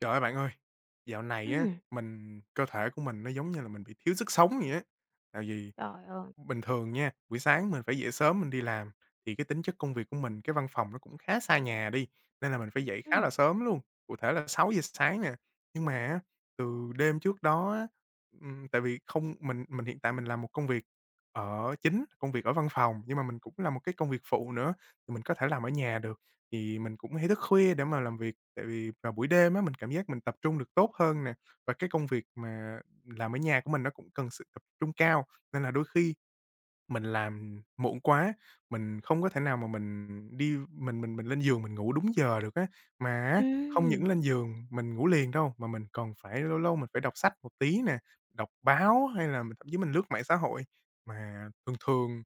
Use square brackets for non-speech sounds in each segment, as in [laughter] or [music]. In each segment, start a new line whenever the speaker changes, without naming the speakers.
Trời ơi, bạn ơi, dạo này á,
Ừm,
cơ thể của mình nó giống như là mình bị thiếu sức sống vậy á. Tại vì
trời ơi!
Bình thường nha, buổi sáng mình phải dậy sớm mình đi làm, thì cái tính chất công việc của mình, cái văn phòng nó cũng khá xa nhà đi, nên là mình phải dậy khá
Ừm,
là sớm luôn, cụ thể là sáu giờ sáng nè. Nhưng mà á, từ đêm trước đó á, tại vì không mình mình hiện tại mình làm một công việc ở chính, công việc ở văn phòng, nhưng mà mình cũng làm một cái công việc phụ nữa, thì mình có thể làm ở nhà được. Thì mình cũng hay thức khuya để mà làm việc, tại vì vào buổi đêm á, mình cảm giác mình tập trung được tốt hơn nè, và cái công việc mà làm ở nhà của mình nó cũng cần sự tập trung cao, nên là đôi khi mình làm muộn quá, mình không có thể nào mà mình lên giường mình ngủ đúng giờ được á. Mà á, không
ừm,
những lên giường mình ngủ liền đâu, mà mình còn phải lâu lâu mình phải đọc sách một tí nè, đọc báo hay là mình thậm chí mình lướt mạng xã hội. Mà thường thường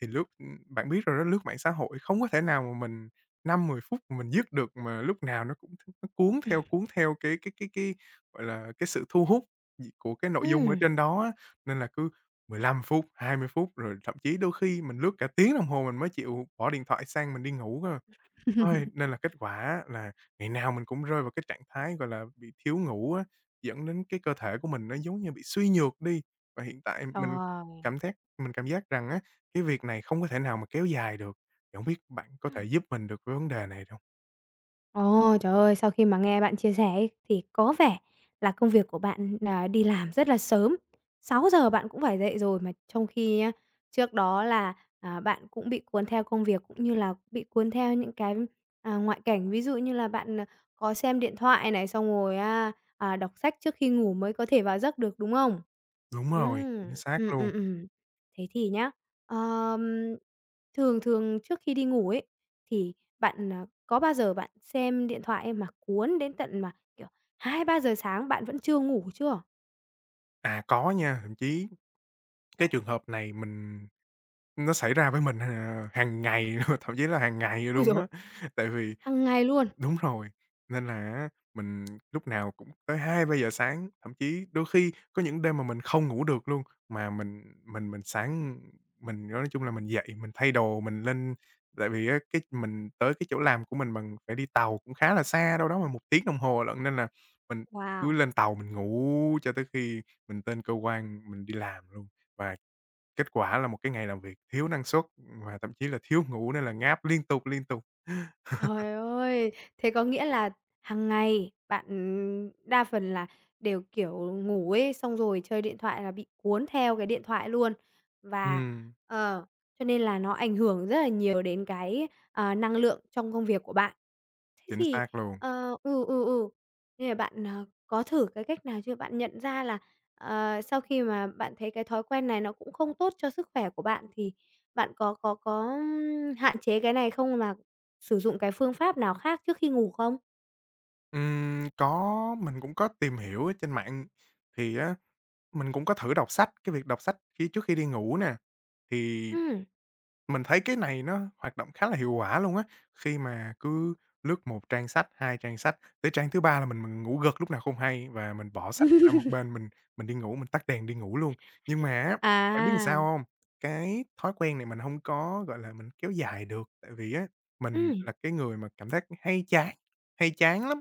thì lướt bạn biết rồi đó, lướt mạng xã hội không có thể nào mà mình năm mười phút mà mình dứt được, mà lúc nào nó cũng nó cuốn theo cái, gọi là, cái sự thu hút của cái nội dung ở
ừm.
trên đó á. Nên là cứ 15 phút, 20 phút, rồi thậm chí đôi khi mình lướt cả tiếng đồng hồ mình mới chịu bỏ điện thoại sang mình đi ngủ cơ. Ôi,
[laughs]
nên là kết quả là ngày nào mình cũng rơi vào cái trạng thái, gọi là, bị thiếu ngủ á, dẫn đến cái cơ thể của mình nó giống như bị suy nhược đi. Và hiện tại
Trời!
mình cảm giác rằng á, cái việc này không có thể nào mà kéo dài được, thì hổng biết bạn có
Ừm.
thể giúp mình được với vấn đề này được hông?
Ồ, trời ơi, sau khi mà nghe bạn chia sẻ ấy, thì có vẻ là công việc của bạn là đi làm rất là sớm. 6 giờ bạn cũng phải dậy rồi, mà trong khi á, trước đó là, bạn cũng bị cuốn theo công việc, cũng như là bị cuốn theo những cái, ngoại cảnh. Ví dụ như là bạn, có xem điện thoại này, xong rồi á, đọc sách trước khi ngủ mới có thể vào giấc được, đúng không?
Đúng rồi,
Ừm,
chính xác
ừm,
luôn.
ừm, ừm. Thế thì nhá, ờm, thường thường trước khi đi ngủ ấy, thì bạn, có bao giờ bạn xem điện thoại mà cuốn đến tận mà, kiểu, 2, 3 giờ sáng bạn vẫn chưa ngủ chưa?
À, có nha, thậm chí cái
Trời,
trường hợp này mình nó xảy ra với mình hàng ngày [laughs] luôn, thậm chí là hàng ngày
ui
luôn
rồi.
á. Tại vì
Hằng ngày luôn.
đúng rồi, nên là á mình lúc nào cũng tới hai ba giờ sáng, thậm chí đôi khi có những đêm mà mình không ngủ được luôn, mà mình sáng mình nói chung là mình dậy, mình thay đồ, mình lên tại vì á mình tới cái chỗ làm của mình bằng phải đi tàu cũng khá là xa, đâu đó mà 1 tiếng đồng hồ lận, nên là mình cứ
Wow!
lên tàu mình ngủ cho tới khi mình tên cơ quan mình đi làm luôn. Và Kết quả là một cái ngày làm việc thiếu năng suất, và thậm chí là thiếu ngủ nên là ngáp liên tục, liên tục. [laughs]
Trời ơi! Thế có nghĩa là hằng ngày bạn, đa phần là đều, kiểu, ngủ ấy, xong rồi chơi điện thoại là bị cuốn theo cái điện thoại luôn. Và,
Ừm,
ờ, cho nên là nó ảnh hưởng rất là nhiều đến cái, năng lượng trong công việc của bạn. Thế
chính
thì,
xác luôn.
ờ, ừ, ừ, ừ, nên là bạn, có thử cái cách nào chưa? Bạn nhận ra là, sau khi mà bạn thấy cái thói quen này nó cũng không tốt cho sức khỏe của bạn thì bạn có hạn chế cái này không? Mà sử dụng cái phương pháp nào khác trước khi ngủ không?
Có, mình cũng có tìm hiểu ở trên mạng, thì á, mình cũng có thử đọc sách, cái việc đọc sách trước khi đi ngủ nè, thì
Ừm.
mình thấy cái này nó hoạt động khá là hiệu quả luôn á, khi mà cứ lướt một trang sách, 2 trang sách, tới trang thứ 3 là mình ngủ gật lúc nào không hay và mình bỏ sách ra một bên, mình đi ngủ, mình tắt đèn đi ngủ luôn. Nhưng mà á, bạn biết làm
À,
sao không? Cái thói quen này mình không có, gọi là, mình kéo dài được, tại vì á, mình
ừm,
là cái người mà cảm giác hay chán lắm.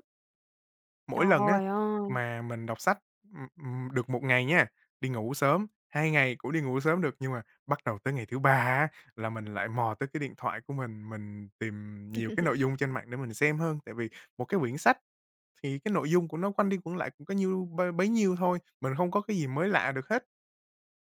Mỗi lần á,
trời ơi!
mà mình đọc sách, được một ngày nha, đi ngủ sớm, 2 ngày cũng đi ngủ sớm được, nhưng mà bắt đầu tới ngày thứ 3 á, là mình lại mò tới cái điện thoại của mình tìm nhiều cái nội
[laughs]
dung trên mạng để mình xem hơn. Tại vì một cái quyển sách thì cái nội dung của nó quanh đi quẩn lại cũng có nhiêu bấy nhiêu thôi, mình không có cái gì mới lạ được hết.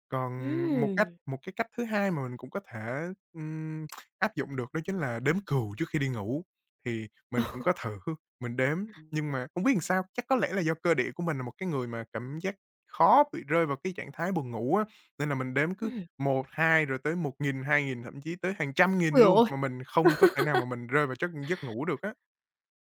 Còn
Ừm,
một cái cách thứ hai mà mình cũng có thể, ừm, áp dụng được đó chính là đếm cừu trước khi đi ngủ, thì mình cũng có thử, mình đếm, nhưng mà không biết làm sao, chắc có lẽ là do cơ địa của mình là một cái người mà cảm giác khó bị rơi vào cái trạng thái buồn ngủ á, nên là mình đếm cứ
ừm.
một 2 rồi tới một nghìn hai nghìn thậm chí tới hàng trăm nghìn
Ôi giời
luôn, mà
ơi!
mình không có thể nào mà mình rơi vào giấc giấc ngủ được á.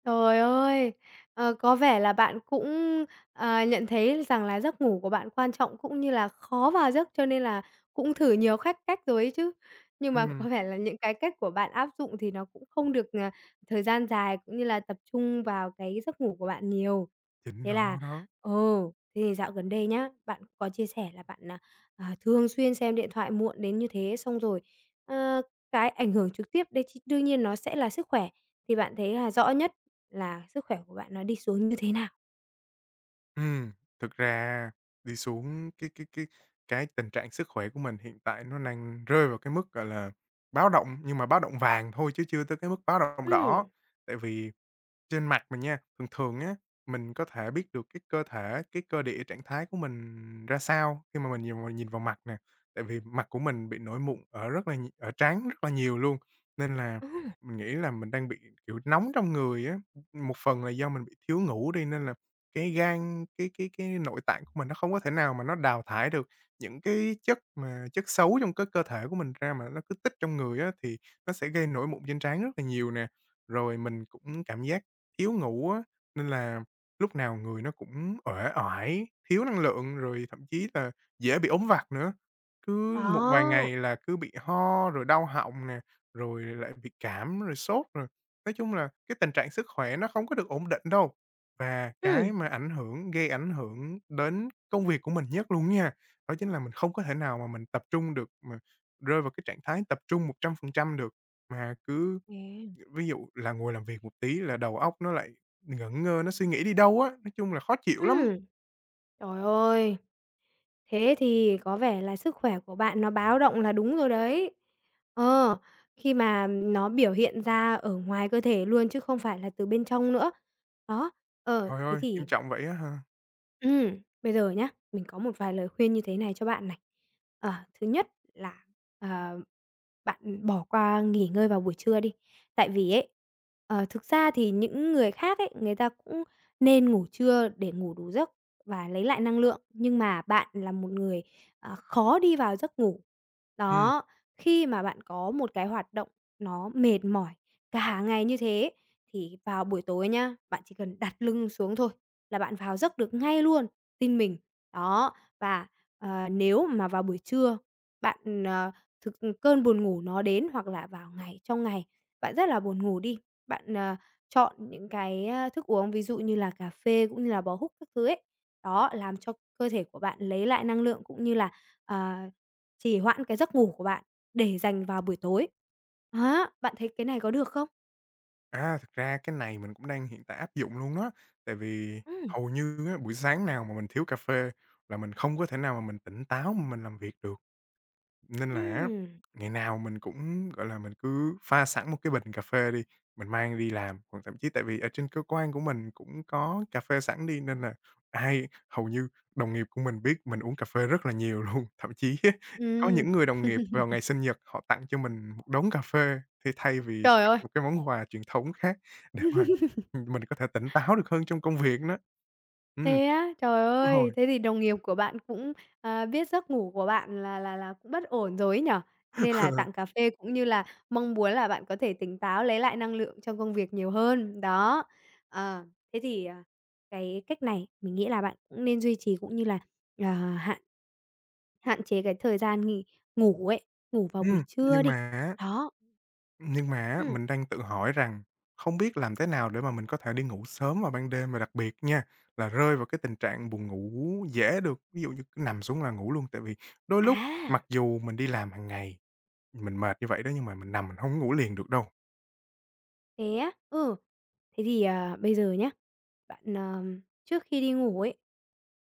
Trời ơi! Có vẻ là bạn cũng, nhận thấy rằng là giấc ngủ của bạn quan trọng cũng như là khó vào giấc, cho nên là cũng thử nhiều cách cách rồi ấy chứ. Nhưng mà
Ừm,
có vẻ là những cái cách của bạn áp dụng thì nó cũng không được, thời gian dài, cũng như là tập trung vào cái giấc ngủ của bạn nhiều.
chính
Thế là
nó đó.
ừ, thế thì dạo gần đây nhá, bạn có chia sẻ là bạn, thường xuyên xem điện thoại muộn đến như thế, xong rồi, ờ, cái ảnh hưởng trực tiếp đấy đương nhiên nó sẽ là sức khỏe. Thì bạn thấy là rõ nhất là sức khỏe của bạn nó đi xuống như thế nào?
Ừm, thực ra đi xuống cái tình trạng sức khỏe của mình hiện tại nó đang rơi vào cái mức, gọi là, báo động, nhưng mà báo động vàng thôi chứ chưa tới cái mức báo động đỏ.
Ừm.
Tại vì trên mặt mình nha, thường thường á, mình có thể biết được cái cơ thể, cái cơ địa, trạng thái của mình ra sao khi mà mình nhìn vào mặt nè. Tại vì mặt của mình bị nổi mụn ở rất là ở trán rất là nhiều luôn, nên là
Ừm.
mình nghĩ là mình đang bị, kiểu, nóng trong người á. Một phần là do mình bị thiếu ngủ đi nên là cái gan, cái nội tạng của mình nó không có thể nào mà nó đào thải được những cái chất chất xấu trong cái cơ thể của mình ra mà nó cứ tích trong người á, thì nó sẽ gây nổi mụn trên trán rất là nhiều nè. Rồi mình cũng cảm giác thiếu ngủ á, nên là lúc nào người nó cũng uể oải, thiếu năng lượng, rồi thậm chí là dễ bị ốm vặt nữa. Cứ một vài
Đó.
ngày là cứ bị ho, rồi đau họng nè, rồi lại bị cảm, rồi sốt rồi. Nói chung là cái tình trạng sức khỏe nó không có được ổn định đâu. Và
Ừm.
cái mà ảnh hưởng gây ảnh hưởng đến công việc của mình nhất luôn nha, đó chính là mình không có thể nào mà mình tập trung được, mà rơi vào cái trạng thái tập trung 100% được, mà cứ
Yeah.
ví dụ là ngồi làm việc một tí là đầu óc nó lại ngẩn ngơ, nó suy nghĩ đi đâu á, nói chung là khó chịu lắm.
Ừm. Trời ơi! Thế thì có vẻ là sức khỏe của bạn nó báo động là đúng rồi đấy. Ờ, Khi mà nó biểu hiện ra ở ngoài cơ thể luôn chứ không phải là từ bên trong nữa. Đó,
Trời
thế
ơi,
thì
nghiêm trọng vậy á ha.
bây giờ nhá, mình có một vài lời khuyên như thế này cho bạn này. Ờ, thứ nhất là, ờ Bạn bỏ qua nghỉ ngơi vào buổi trưa đi. Tại vì ấy, thực ra thì những người khác ấy, người ta cũng nên ngủ trưa để ngủ đủ giấc và lấy lại năng lượng, nhưng mà bạn là một người, khó đi vào giấc ngủ.
Ừm,
Đó, khi mà bạn có một cái hoạt động nó mệt mỏi cả ngày như thế thì vào buổi tối nhá, bạn chỉ cần đặt lưng xuống thôi là bạn vào giấc được ngay luôn, tin mình. Đó, và, nếu mà vào buổi trưa bạn, cơn buồn ngủ nó đến hoặc là vào ngày trong ngày bạn rất là buồn ngủ đi, bạn, chọn những cái, thức uống ví dụ như là cà phê cũng như là bó húc các thứ ấy, đó, làm cho cơ thể của bạn lấy lại năng lượng cũng như là, ờ, trì hoãn cái giấc ngủ của bạn để dành vào buổi tối. Á, bạn thấy cái này có được không?
à, thực ra cái này mình cũng đang hiện tại áp dụng luôn đó, tại vì
Ừm,
hầu như á, buổi sáng nào mà mình thiếu cà phê là mình không có thể nào mà mình tỉnh táo mà mình làm việc được. Nên là á,
ừm,
ngày nào mình cũng, gọi là, mình cứ pha sẵn một cái bình cà phê đi, mình mang đi làm, còn thậm chí tại vì ở trên cơ quan của mình cũng có cà phê sẵn đi nên là hầu như đồng nghiệp của mình biết mình uống cà phê rất là nhiều [laughs] luôn. Thậm chí á, có
ừm,
những người đồng nghiệp vào ngày sinh nhật họ tặng cho mình một đống cà phê thì thay vì
trời
tặng
ơi!
một cái món quà truyền thống khác để mà, [laughs] mình có thể tỉnh táo được hơn trong công việc đó. Ừm,
Thế á? Trời
đúng
ơi!
rồi.
Thế thì đồng nghiệp của bạn cũng, biết giấc ngủ của bạn là cũng bất ổn rồi ấy nhỉ? Cho nên là tặng cà
[laughs]
phê cũng như là mong muốn là bạn có thể tỉnh táo, lấy lại năng lượng trong công việc nhiều hơn. Đó. Ờ, Thế thì, cái cách này mình nghĩ là bạn cũng nên duy trì cũng như là, ờ, hạn hạn chế cái thời gian nghỉ ngủ ấy, ngủ vào buổi
Ừm,
trưa
nhưng
đi.
mà á
Đó.
nhưng mà á,
Ừm.
mình đang tự hỏi rằng không biết làm thế nào để mà mình có thể đi ngủ sớm vào ban đêm và đặc biệt nha, là rơi vào cái tình trạng buồn ngủ dễ được, ví dụ như cứ nằm xuống là ngủ luôn. Tại vì đôi lúc
À,
mặc dù mình đi làm hàng ngày, mình mệt như vậy đó nhưng mà mình nằm mình không ngủ liền được đâu.
thế á? Ừ. Thế thì, bây giờ nhá, bạn, trước khi đi ngủ ấy.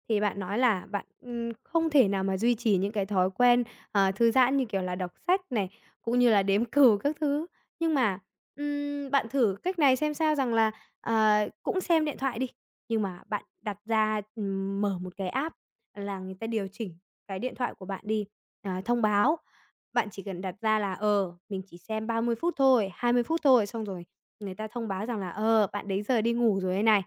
Thì bạn nói là bạn, không thể nào mà duy trì những cái thói quen, thư giãn như kiểu là đọc sách này, cũng như là đếm [laughs] cừu các thứ. Nhưng mà, bạn thử cách này xem sao rằng là, cũng xem điện thoại đi, nhưng mà bạn đặt ra, mở một cái app là người ta điều chỉnh cái điện thoại của bạn đi, thông báo bạn chỉ cần đặt ra là, mình chỉ xem 30 phút thôi, 20 phút thôi, xong rồi người ta thông báo rằng là, bạn đấy giờ đi ngủ rồi đây này.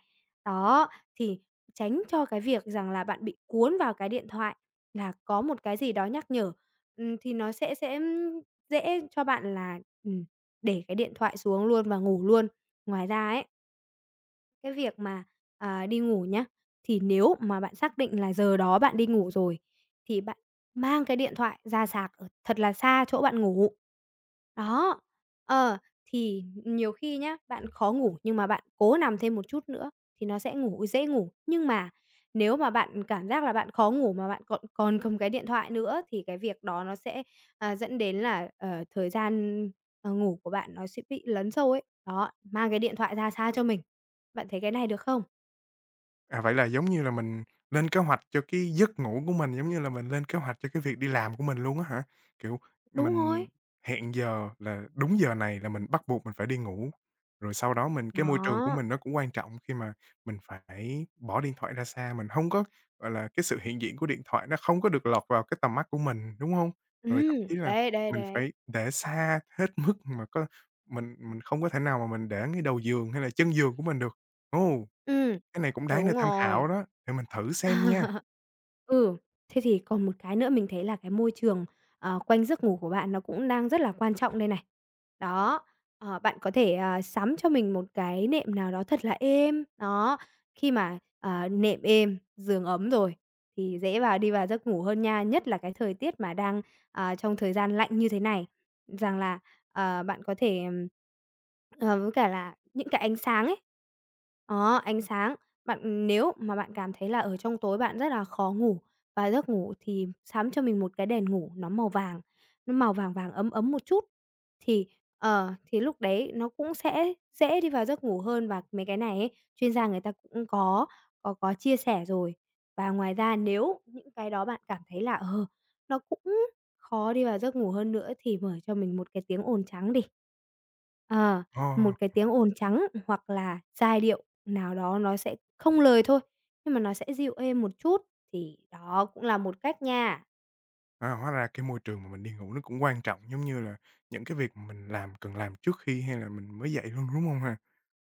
Đó, thì tránh cho cái việc rằng là bạn bị cuốn vào cái điện thoại là có một cái gì đó nhắc nhở, thì nó sẽ dễ cho bạn là, để cái điện thoại xuống luôn và ngủ luôn. Ngoài ra ấy cái việc mà, đi ngủ nhá, thì nếu mà bạn xác định là giờ đó bạn đi ngủ rồi, thì bạn mang cái điện thoại ra sạc ở thật là xa chỗ bạn ngủ. Đó, ờ, thì nhiều khi nhá, bạn khó ngủ nhưng mà bạn cố nằm thêm một chút nữa thì nó sẽ ngủ dễ ngủ. Nhưng mà nếu mà bạn cảm giác là bạn khó ngủ mà bạn còn còn cầm cái điện thoại nữa thì cái việc đó nó sẽ, dẫn đến là, thời gian, ngủ của bạn nó sẽ bị lấn sâu ấy. Đó, mang cái điện thoại ra xa cho mình. Bạn thấy cái này được không?
À, vậy là giống như là mình lên kế hoạch cho cái giấc ngủ của mình, giống như là mình lên kế hoạch cho cái việc đi làm của mình luôn á hả? Kiểu,
Đúng rồi,
mình hẹn giờ là đúng giờ này là mình bắt buộc mình phải đi ngủ, rồi sau đó cái môi trường của
đó,
mình nó cũng quan trọng khi mà mình phải bỏ điện thoại ra xa, mình hông có, gọi là, cái sự hiện diện của điện thoại nó không có được lọt vào cái tầm mắt của mình, đúng hông? Rồi thậm chí là
đấy, đấy,
mình
đấy.
phải để xa hết mức mà có mình không có thể nào mà mình để ngay đầu giường hay là chân giường của mình được. Ồ!
Ừm,
Cái này cũng đáng để
Đúng
tham khảo
rồi.
đó, để mình thử xem nha.
[laughs] Ừ, thế thì còn một cái nữa mình thấy là cái môi trường, quanh giấc ngủ của bạn nó cũng đang rất là quan trọng đây này. Đó, bạn có thể, sắm cho mình một cái nệm nào đó thật là êm, đó, khi mà, nệm êm, giường ấm rồi thì dễ đi vào giấc ngủ hơn nha, nhất là cái thời tiết mà đang, trong thời gian lạnh như thế này. Rằng là, bạn có thể, với cả là những cái ánh sáng ấy, đó, ánh sáng bạn nếu mà bạn cảm thấy là ở trong tối bạn rất là khó ngủ và giấc ngủ thì sắm cho mình một cái đèn ngủ nó màu vàng vàng ấm ấm một chút, thì, thì lúc đấy nó cũng sẽ dễ đi vào giấc ngủ hơn và mấy cái này ấy, chuyên gia người ta cũng có chia sẻ rồi. Và ngoài ra nếu những cái đó bạn cảm thấy là, nó cũng khó đi vào giấc ngủ hơn nữa thì mở cho mình một cái tiếng ồn trắng đi. Ờ,
Ờ,
một cái tiếng ồn trắng hoặc là giai điệu nào đó nó sẽ không lời thôi, nhưng mà nó sẽ dịu êm một chút, thì đó cũng là một cách nha.
à, hóa ra cái môi trường mà mình đi ngủ nó cũng quan trọng, giống như là những cái việc mà mình làm cần làm trước khi hay là mình mới dậy luôn, đúng không ha?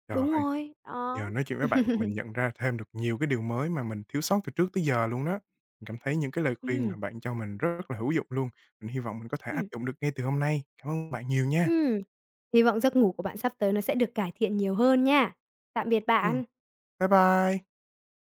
Trời
Đúng
ơi,
rồi,
giờ
đó.
nói chuyện với bạn mà
[laughs]
mình nhận ra thêm được nhiều cái điều mới mà mình thiếu sót từ trước tới giờ luôn đó. Mình cảm thấy những cái lời khuyên mà
Ừm,
bạn cho mình rất là hữu dụng luôn, mình hy vọng mình có thể áp
ừm,
dụng được ngay từ hôm nay. Cảm ơn bạn nhiều nha.
ừm. Hy vọng giấc ngủ của bạn sắp tới nó sẽ được cải thiện nhiều hơn nha. Tạm biệt
Ừm,
bạn.
bye bye.